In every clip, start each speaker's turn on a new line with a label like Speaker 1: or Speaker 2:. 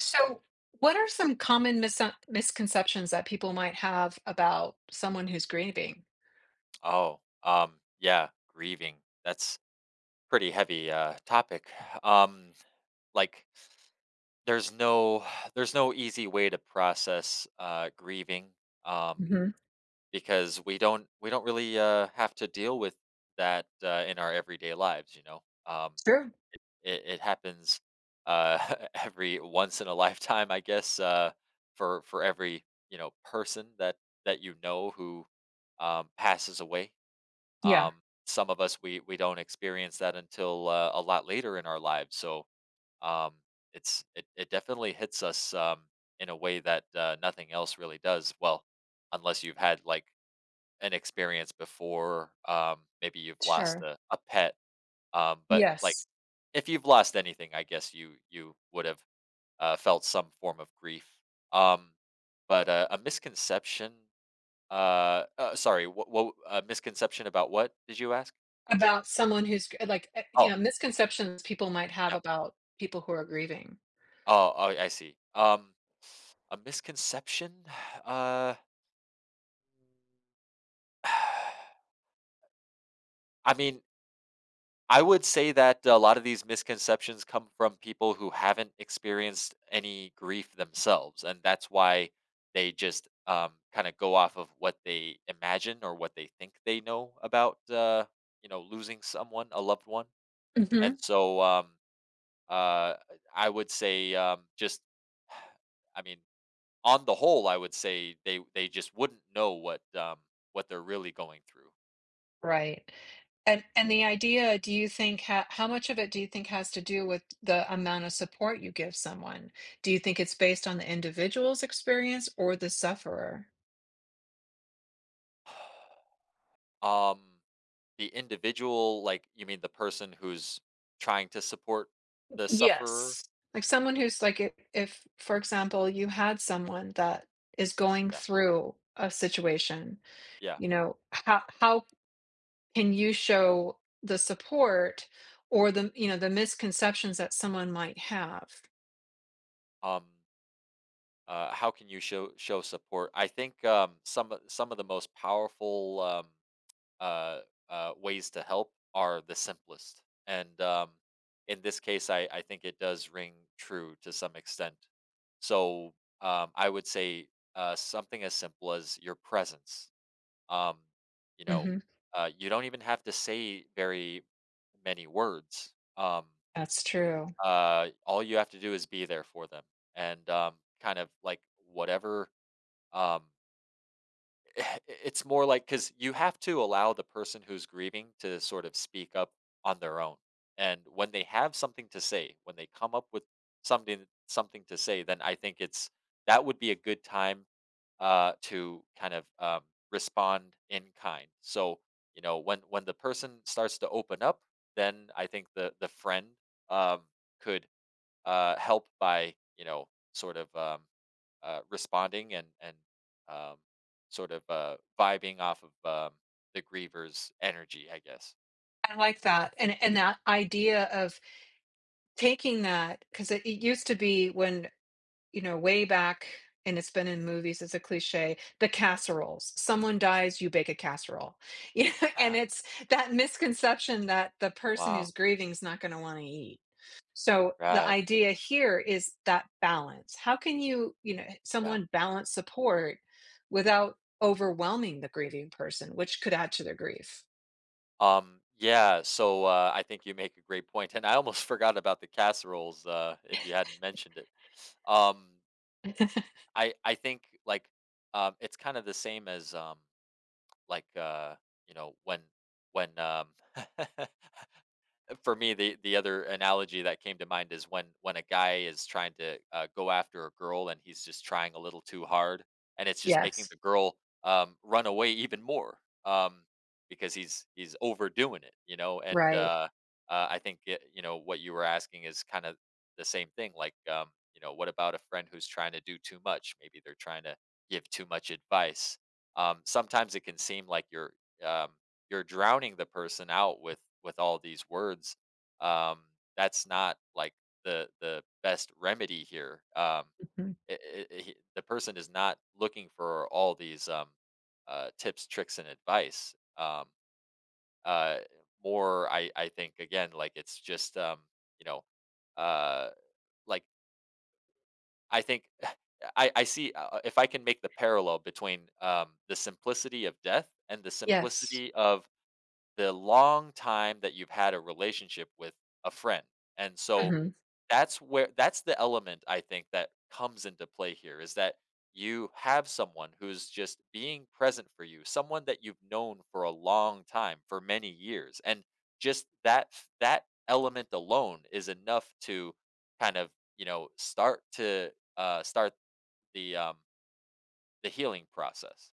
Speaker 1: So, what are some common misconceptions that people might have about someone who's grieving?
Speaker 2: Oh, yeah, grieving. That's pretty heavy topic. Um, like, there's no there's no easy way to process grieving um,
Speaker 1: Hmm.
Speaker 2: because we don't really have to deal with that in our everyday lives. You know,
Speaker 1: Sure.
Speaker 2: it happens uh, every once in a lifetime, I guess, for every person that who passes away.
Speaker 1: Yeah.
Speaker 2: Some of us we don't experience that until a lot later in our lives. So um, it definitely hits us in a way that nothing else really does. Well, unless you've had like an experience before, maybe you've lost
Speaker 1: Sure.
Speaker 2: a pet. But
Speaker 1: Yes.
Speaker 2: if you've lost anything, I guess you would have felt some form of grief. Um, but a misconception sorry what a misconception about what did you ask
Speaker 1: About someone who's
Speaker 2: oh.
Speaker 1: misconceptions people might have about people who are grieving.
Speaker 2: Oh, oh, I see. A misconception? Uh, I mean, I would say that a lot of these misconceptions come from people who haven't experienced any grief themselves, and that's why they just kind of go off of what they imagine or what they think they know about, you know, losing someone, a loved one. And
Speaker 1: Hmm.
Speaker 2: so, uh, I would say just, I mean, on the whole, I would say they just wouldn't know what they're really going through.
Speaker 1: Right? And the idea, do you think how much of it do you think has to do with the amount of support you give someone? Do you think it's based on the individual's experience or the sufferer?
Speaker 2: Um the individual, like you mean the person who's trying to support the sufferer?
Speaker 1: Yes. Like someone who's like if, for example, you had someone that is going
Speaker 2: Yeah.
Speaker 1: through a situation,
Speaker 2: Yeah.
Speaker 1: you know, how can you show the support or, the, you know, the misconceptions that someone might have?
Speaker 2: Um how can you show support? I think some of the most powerful uh, ways to help are the simplest. And in this case, I think it does ring true to some extent. So I would say something as simple as your presence. Um, you know,
Speaker 1: Mhm.
Speaker 2: you don't even have to say very many words.
Speaker 1: That's true.
Speaker 2: All you have to do is be there for them and kind of like whatever. Um, It's more like because you have to allow the person who's grieving to sort of speak up on their own, and when they have something to say, when they come up with something to say, then I think it's that would be a good time, to kind of, respond in kind. So, you know, when the person starts to open up, then I think the friend, um, could help by sort of responding and um, sort of vibing off of the griever's energy, I guess.
Speaker 1: I like that. And that idea of taking that, 'cause it used to be when, you know, way back, and it's been in movies, it's a cliche, the casseroles. Someone dies, you bake a casserole. You know, and it's that misconception that the person
Speaker 2: Wow.
Speaker 1: who's grieving is not gonna wanna eat. So, the
Speaker 2: Right.
Speaker 1: idea here is that balance. How can you, you know,
Speaker 2: Yeah.
Speaker 1: someone balance support without overwhelming the grieving person, which could add to their grief?
Speaker 2: Yeah. So I think you make a great point, and I almost forgot about the casseroles. If you hadn't mentioned it, um, I think like it's kind of the same as like uh, you know, when for me, the other analogy that came to mind is when a guy is trying to go after a girl and he's just trying a little too hard, and it's just making the
Speaker 1: Yes,
Speaker 2: girl run away even more um, because he's overdoing it, you know. And
Speaker 1: right.
Speaker 2: I think it, you know what you were asking is kind of the same thing. Like, you know, what about a friend who's trying to do too much? Maybe they're trying to give too much advice. Sometimes it can seem like um, you're drowning the person out with all these words um that's not like the best remedy here
Speaker 1: Mhm.
Speaker 2: the person is not looking for all these tips tricks and advice uh more I think again like it's just you know uh like I think I see if I can make the parallel between the simplicity of death and the
Speaker 1: Yes.
Speaker 2: simplicity of the long time that you've had a relationship with a friend. And so
Speaker 1: Mhm.
Speaker 2: that's where that's the element I think that comes into play here is that you have someone who's just being present for you, someone that you've known for a long time, for many years. And just that that element alone is enough to kind of, you know, start to start the um the healing process.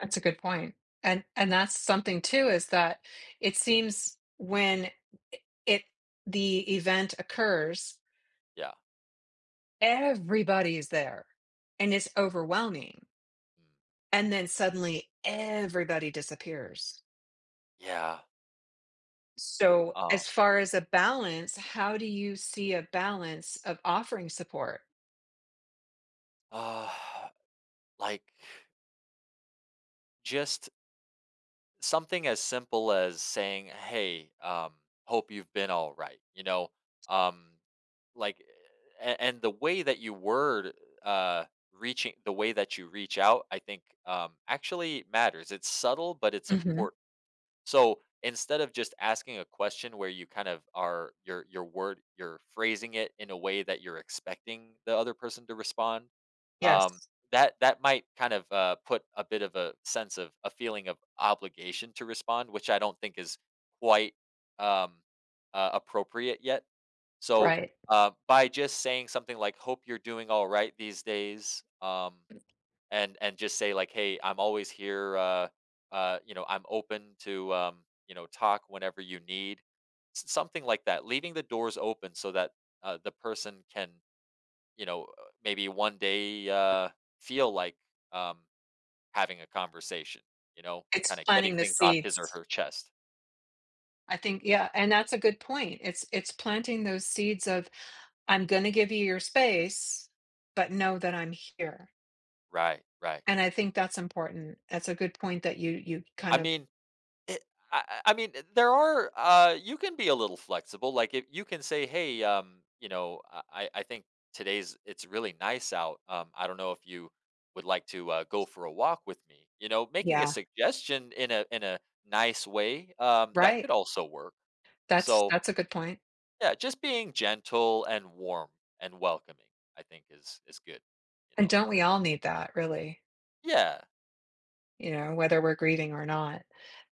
Speaker 1: That's a good point. And that's something too is that it seems when it the event occurs,
Speaker 2: Yeah.
Speaker 1: everybody is there and it's overwhelming.
Speaker 2: Mm.
Speaker 1: And then suddenly everybody disappears.
Speaker 2: Yeah.
Speaker 1: So
Speaker 2: Um
Speaker 1: as far as a balance, how do you see a balance of offering support?
Speaker 2: uh, like just something as simple as saying, "Hey, hope you've been all right." You know, um, like, and the way that you word uh, reaching, the way that you reach out, I think actually matters. It's subtle, but it's
Speaker 1: Mhm.
Speaker 2: important. So instead of just asking a question where you kind of are your word you're phrasing it in a way that you're expecting the other person to respond, um,
Speaker 1: Yes.
Speaker 2: that that might kind of put a bit of a sense of a feeling of obligation to respond, which I don't think is quite um, appropriate yet. So
Speaker 1: Right.
Speaker 2: by just saying something like "Hope you're doing all right these days," and just say like hey I'm always here you know I'm open to you know talk whenever you need. Something like that leaving the doors open so that the person can you know maybe one day feel like um having a conversation, you know,
Speaker 1: It's
Speaker 2: kind of getting
Speaker 1: planting the
Speaker 2: things off his or
Speaker 1: seeds.
Speaker 2: her chest.
Speaker 1: I think, yeah, and that's a good point. It's planting those seeds of I'm going to give you your space, but
Speaker 2: Mhm.
Speaker 1: know that I'm here.
Speaker 2: Right, right.
Speaker 1: And I think that's important. That's a good point that you
Speaker 2: i
Speaker 1: kind of
Speaker 2: mean it, I mean, there are, you can be a little flexible, like, if you can say, "Hey, you know, I think today's it's really nice out. I don't know if you would like to, go for a walk with me." You know, making a
Speaker 1: yeah,
Speaker 2: suggestion in a nice way, that
Speaker 1: right.
Speaker 2: could also work. So,
Speaker 1: That's a good point.
Speaker 2: yeah, just being gentle and warm and welcoming, I think is good, you
Speaker 1: And
Speaker 2: know?
Speaker 1: don't we all need that really,
Speaker 2: Yeah,
Speaker 1: you know, whether we're grieving or not.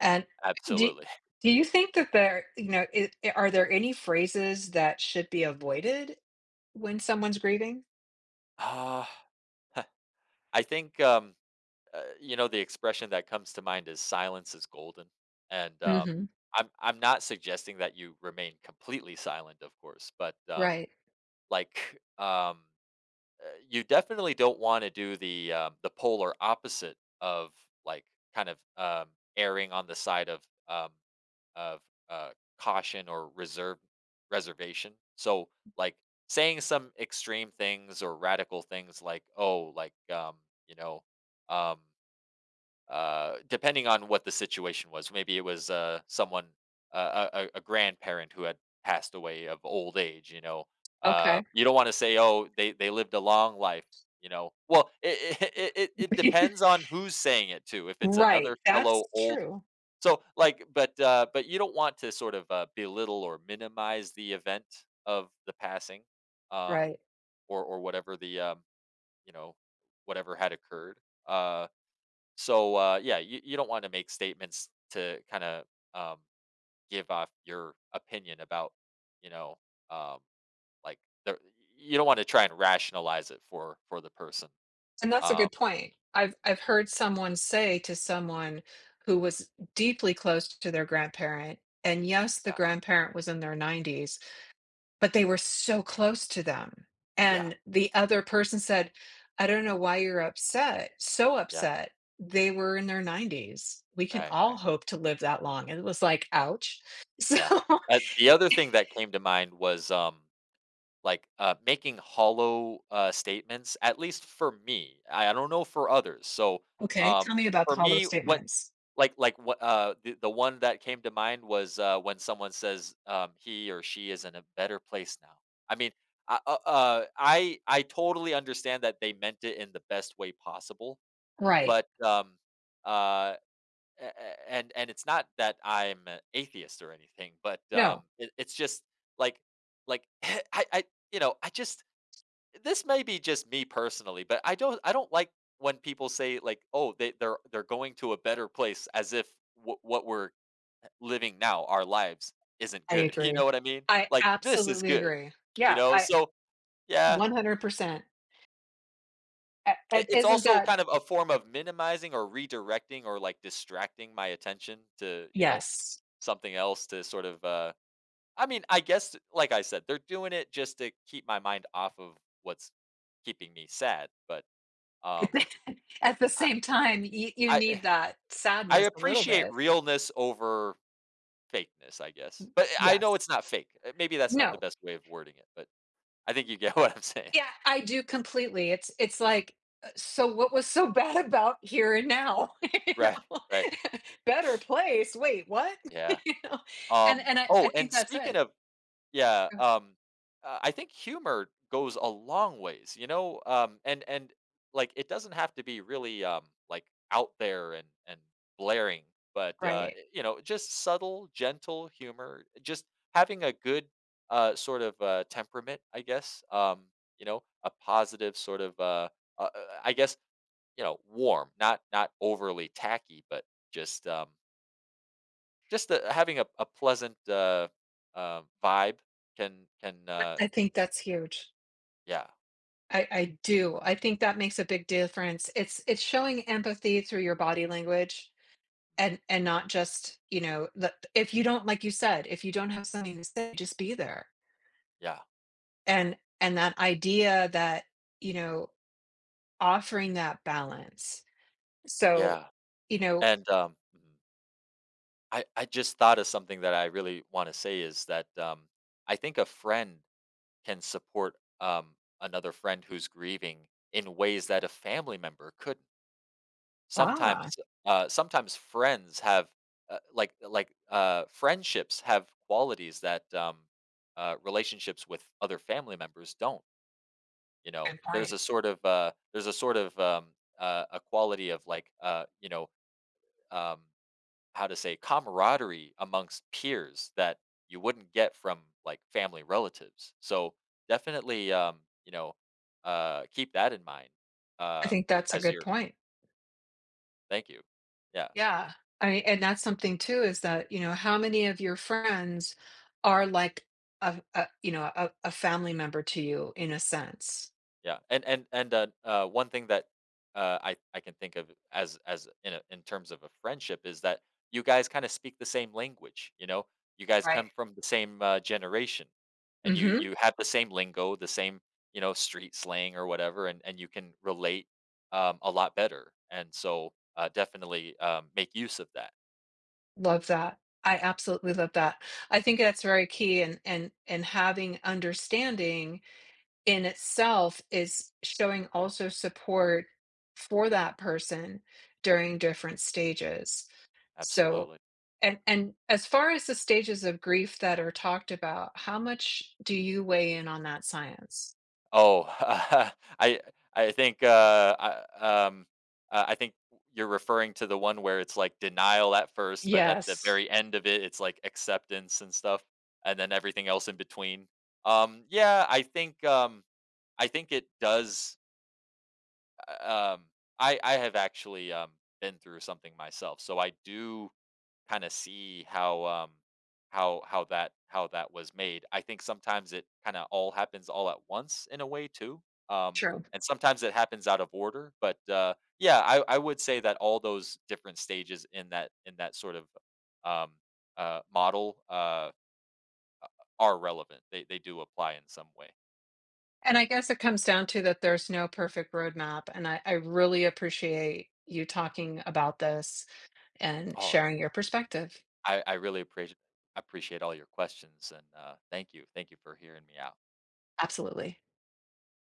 Speaker 1: And do
Speaker 2: absolutely.
Speaker 1: you think that there, you know, are there any phrases that should be avoided when someone's grieving?
Speaker 2: Ah, I think, you know the expression that comes to mind is silence is golden and
Speaker 1: Mhm.
Speaker 2: I'm not suggesting that you remain completely silent of course but
Speaker 1: Right.
Speaker 2: like um you definitely don't want to do the polar opposite of like kind of erring on the side of um of uh caution or reserve reservation so like saying some extreme things or radical things like you know um depending on what the situation was. Maybe it was someone, a grandparent who had passed away of old age. You know,
Speaker 1: Okay.
Speaker 2: you don't want to say, "Oh, they lived a long life." You know, well, it depends on who's saying it too. If it's another
Speaker 1: Right, that's
Speaker 2: fellow old,
Speaker 1: true,
Speaker 2: so like, but you don't want to sort of belittle or minimize the event of the passing, um,
Speaker 1: right,
Speaker 2: or whatever the you know whatever had occurred. Uh, yeah, you, you don't want to make statements to kind of um, give off your opinion about, you know, um, like the, you don't want to try and rationalize it for the person.
Speaker 1: and that's a
Speaker 2: Um,
Speaker 1: good point. I've heard someone say to someone who was deeply close to their grandparent, and yes, the
Speaker 2: yeah,
Speaker 1: grandparent was in their 90s, but they were so close to them,
Speaker 2: yeah,
Speaker 1: and the other person said, "I don't know why you're upset, so
Speaker 2: yeah,
Speaker 1: upset. They were in their 90s. We can
Speaker 2: right,
Speaker 1: all
Speaker 2: right,
Speaker 1: hope to live that long," and it was like,
Speaker 2: yeah,
Speaker 1: "Ouch." So,
Speaker 2: yeah. The other thing that came to mind was like, making hollow, statements, at least for me. I don't know for others. So,
Speaker 1: okay, tell
Speaker 2: um,
Speaker 1: me about the
Speaker 2: for
Speaker 1: hollow
Speaker 2: me, what
Speaker 1: statements.
Speaker 2: what, the one that came to mind was, when someone says, "He or she is in a better place now." I mean, I totally understand that they meant it in the best way possible,
Speaker 1: Right,
Speaker 2: but, uh and it's not that I'm an atheist or anything, but
Speaker 1: no.
Speaker 2: it, it's just like I you know I just this may be just me personally, but I don't like when people say like oh they're going to a better place as if what we're living now our lives isn't
Speaker 1: I
Speaker 2: good. You
Speaker 1: agree.
Speaker 2: know what I mean?
Speaker 1: I
Speaker 2: Like this is
Speaker 1: absolutely
Speaker 2: good.
Speaker 1: agree.
Speaker 2: You
Speaker 1: Yeah,
Speaker 2: know,
Speaker 1: I
Speaker 2: so yeah,
Speaker 1: 100%. A
Speaker 2: it
Speaker 1: and
Speaker 2: it's
Speaker 1: isn't
Speaker 2: also
Speaker 1: that
Speaker 2: kind of a form of minimizing or redirecting or, like, distracting my attention to, you know,
Speaker 1: yes.
Speaker 2: something else to sort of, I mean, I guess, like I said, they're doing it just to keep my mind off of what's keeping me sad, but, um,
Speaker 1: At the
Speaker 2: I
Speaker 1: same time, you
Speaker 2: I
Speaker 1: need that
Speaker 2: I
Speaker 1: sadness a little
Speaker 2: appreciate
Speaker 1: bit.
Speaker 2: realness over fakeness, I guess, but eh, I know
Speaker 1: Yes.
Speaker 2: it's not fake. Maybe that's not the
Speaker 1: No.
Speaker 2: best way of wording it, but I think you get what I'm saying.
Speaker 1: Yeah, I do completely. It's like, so what was so bad about Here and Now? You
Speaker 2: Right,
Speaker 1: know?
Speaker 2: right.
Speaker 1: Better Place, wait, what?
Speaker 2: Yeah.
Speaker 1: You know? And I
Speaker 2: Oh,
Speaker 1: think
Speaker 2: and
Speaker 1: that's
Speaker 2: speaking
Speaker 1: it.
Speaker 2: of yeah, I think humor goes a long ways, you know, and like it doesn't have to be really out there and blaring, but
Speaker 1: Right.
Speaker 2: you know, just subtle, gentle humor, just having a good sort of temperament, I guess. You know, a positive sort of, I guess, you know, warm, not not overly tacky, but just um, just, having a pleasant, vibe can
Speaker 1: I think that's huge.
Speaker 2: yeah,
Speaker 1: I do. I think that makes a big difference. It's showing empathy through your body language and not just, you know, the, if you don't like you said, if you don't have something to say, just be there.
Speaker 2: yeah,
Speaker 1: And that idea that, you know, offering that balance. So,
Speaker 2: yeah,
Speaker 1: you know,
Speaker 2: and, mhm. I just thought of something that I really wanna say is that, I think a friend can support, another friend who's grieving in ways that a family member couldn't.
Speaker 1: ah,
Speaker 2: Sometimes, sometimes friends have, friendships have qualities that, relationships with other family members don't. You know,
Speaker 1: good
Speaker 2: there's
Speaker 1: point.
Speaker 2: a sort of there's a sort of a quality of you know um, how to say camaraderie amongst peers that you wouldn't get from like family relatives. So definitely, you know, keep that in mind
Speaker 1: I
Speaker 2: um,
Speaker 1: think that's a
Speaker 2: as
Speaker 1: good
Speaker 2: your
Speaker 1: point.
Speaker 2: thank you. Yeah.
Speaker 1: Yeah. I mean, and that's something too is that, you know, how many of your friends are like a you know, a family member to you in a sense,
Speaker 2: Yeah, and one thing that I can think of as in a, in terms of a friendship is that you guys kind of speak the same language. You know, you guys
Speaker 1: right?
Speaker 2: come from the same generation, and you
Speaker 1: Hmm.
Speaker 2: you have the same lingo, the same you know street slang or whatever, and you can relate a lot better. And so definitely make use of that.
Speaker 1: Love that. I absolutely love that. I think that's very key and having understanding in itself is showing also support for
Speaker 2: Mm,
Speaker 1: that person during different stages. So
Speaker 2: absolutely.
Speaker 1: and as far as the stages of grief that are talked about, how much do you weigh in on that science?
Speaker 2: Oh, I I think, I think you're referring to the one where it's, like, denial at first, but at the
Speaker 1: Yes.
Speaker 2: very end of it, it's, like, acceptance and stuff, and then everything else in between. Yeah, I think it does, uh, um I have actually, been through something myself, so I do kinda see how, that how that was made. I think sometimes it kinda all happens all at once in a way too, um,
Speaker 1: True.
Speaker 2: and sometimes it happens out of order, but, yeah, I would say that all those different stages in that sort of, um, model, are relevant. They do apply in some way.
Speaker 1: And I guess it comes down to that there's no perfect roadmap. And I really appreciate you talking about this and
Speaker 2: Oh,
Speaker 1: sharing your perspective.
Speaker 2: I really appreciate all your questions and, thank you. Thank you for hearing me out.
Speaker 1: Absolutely.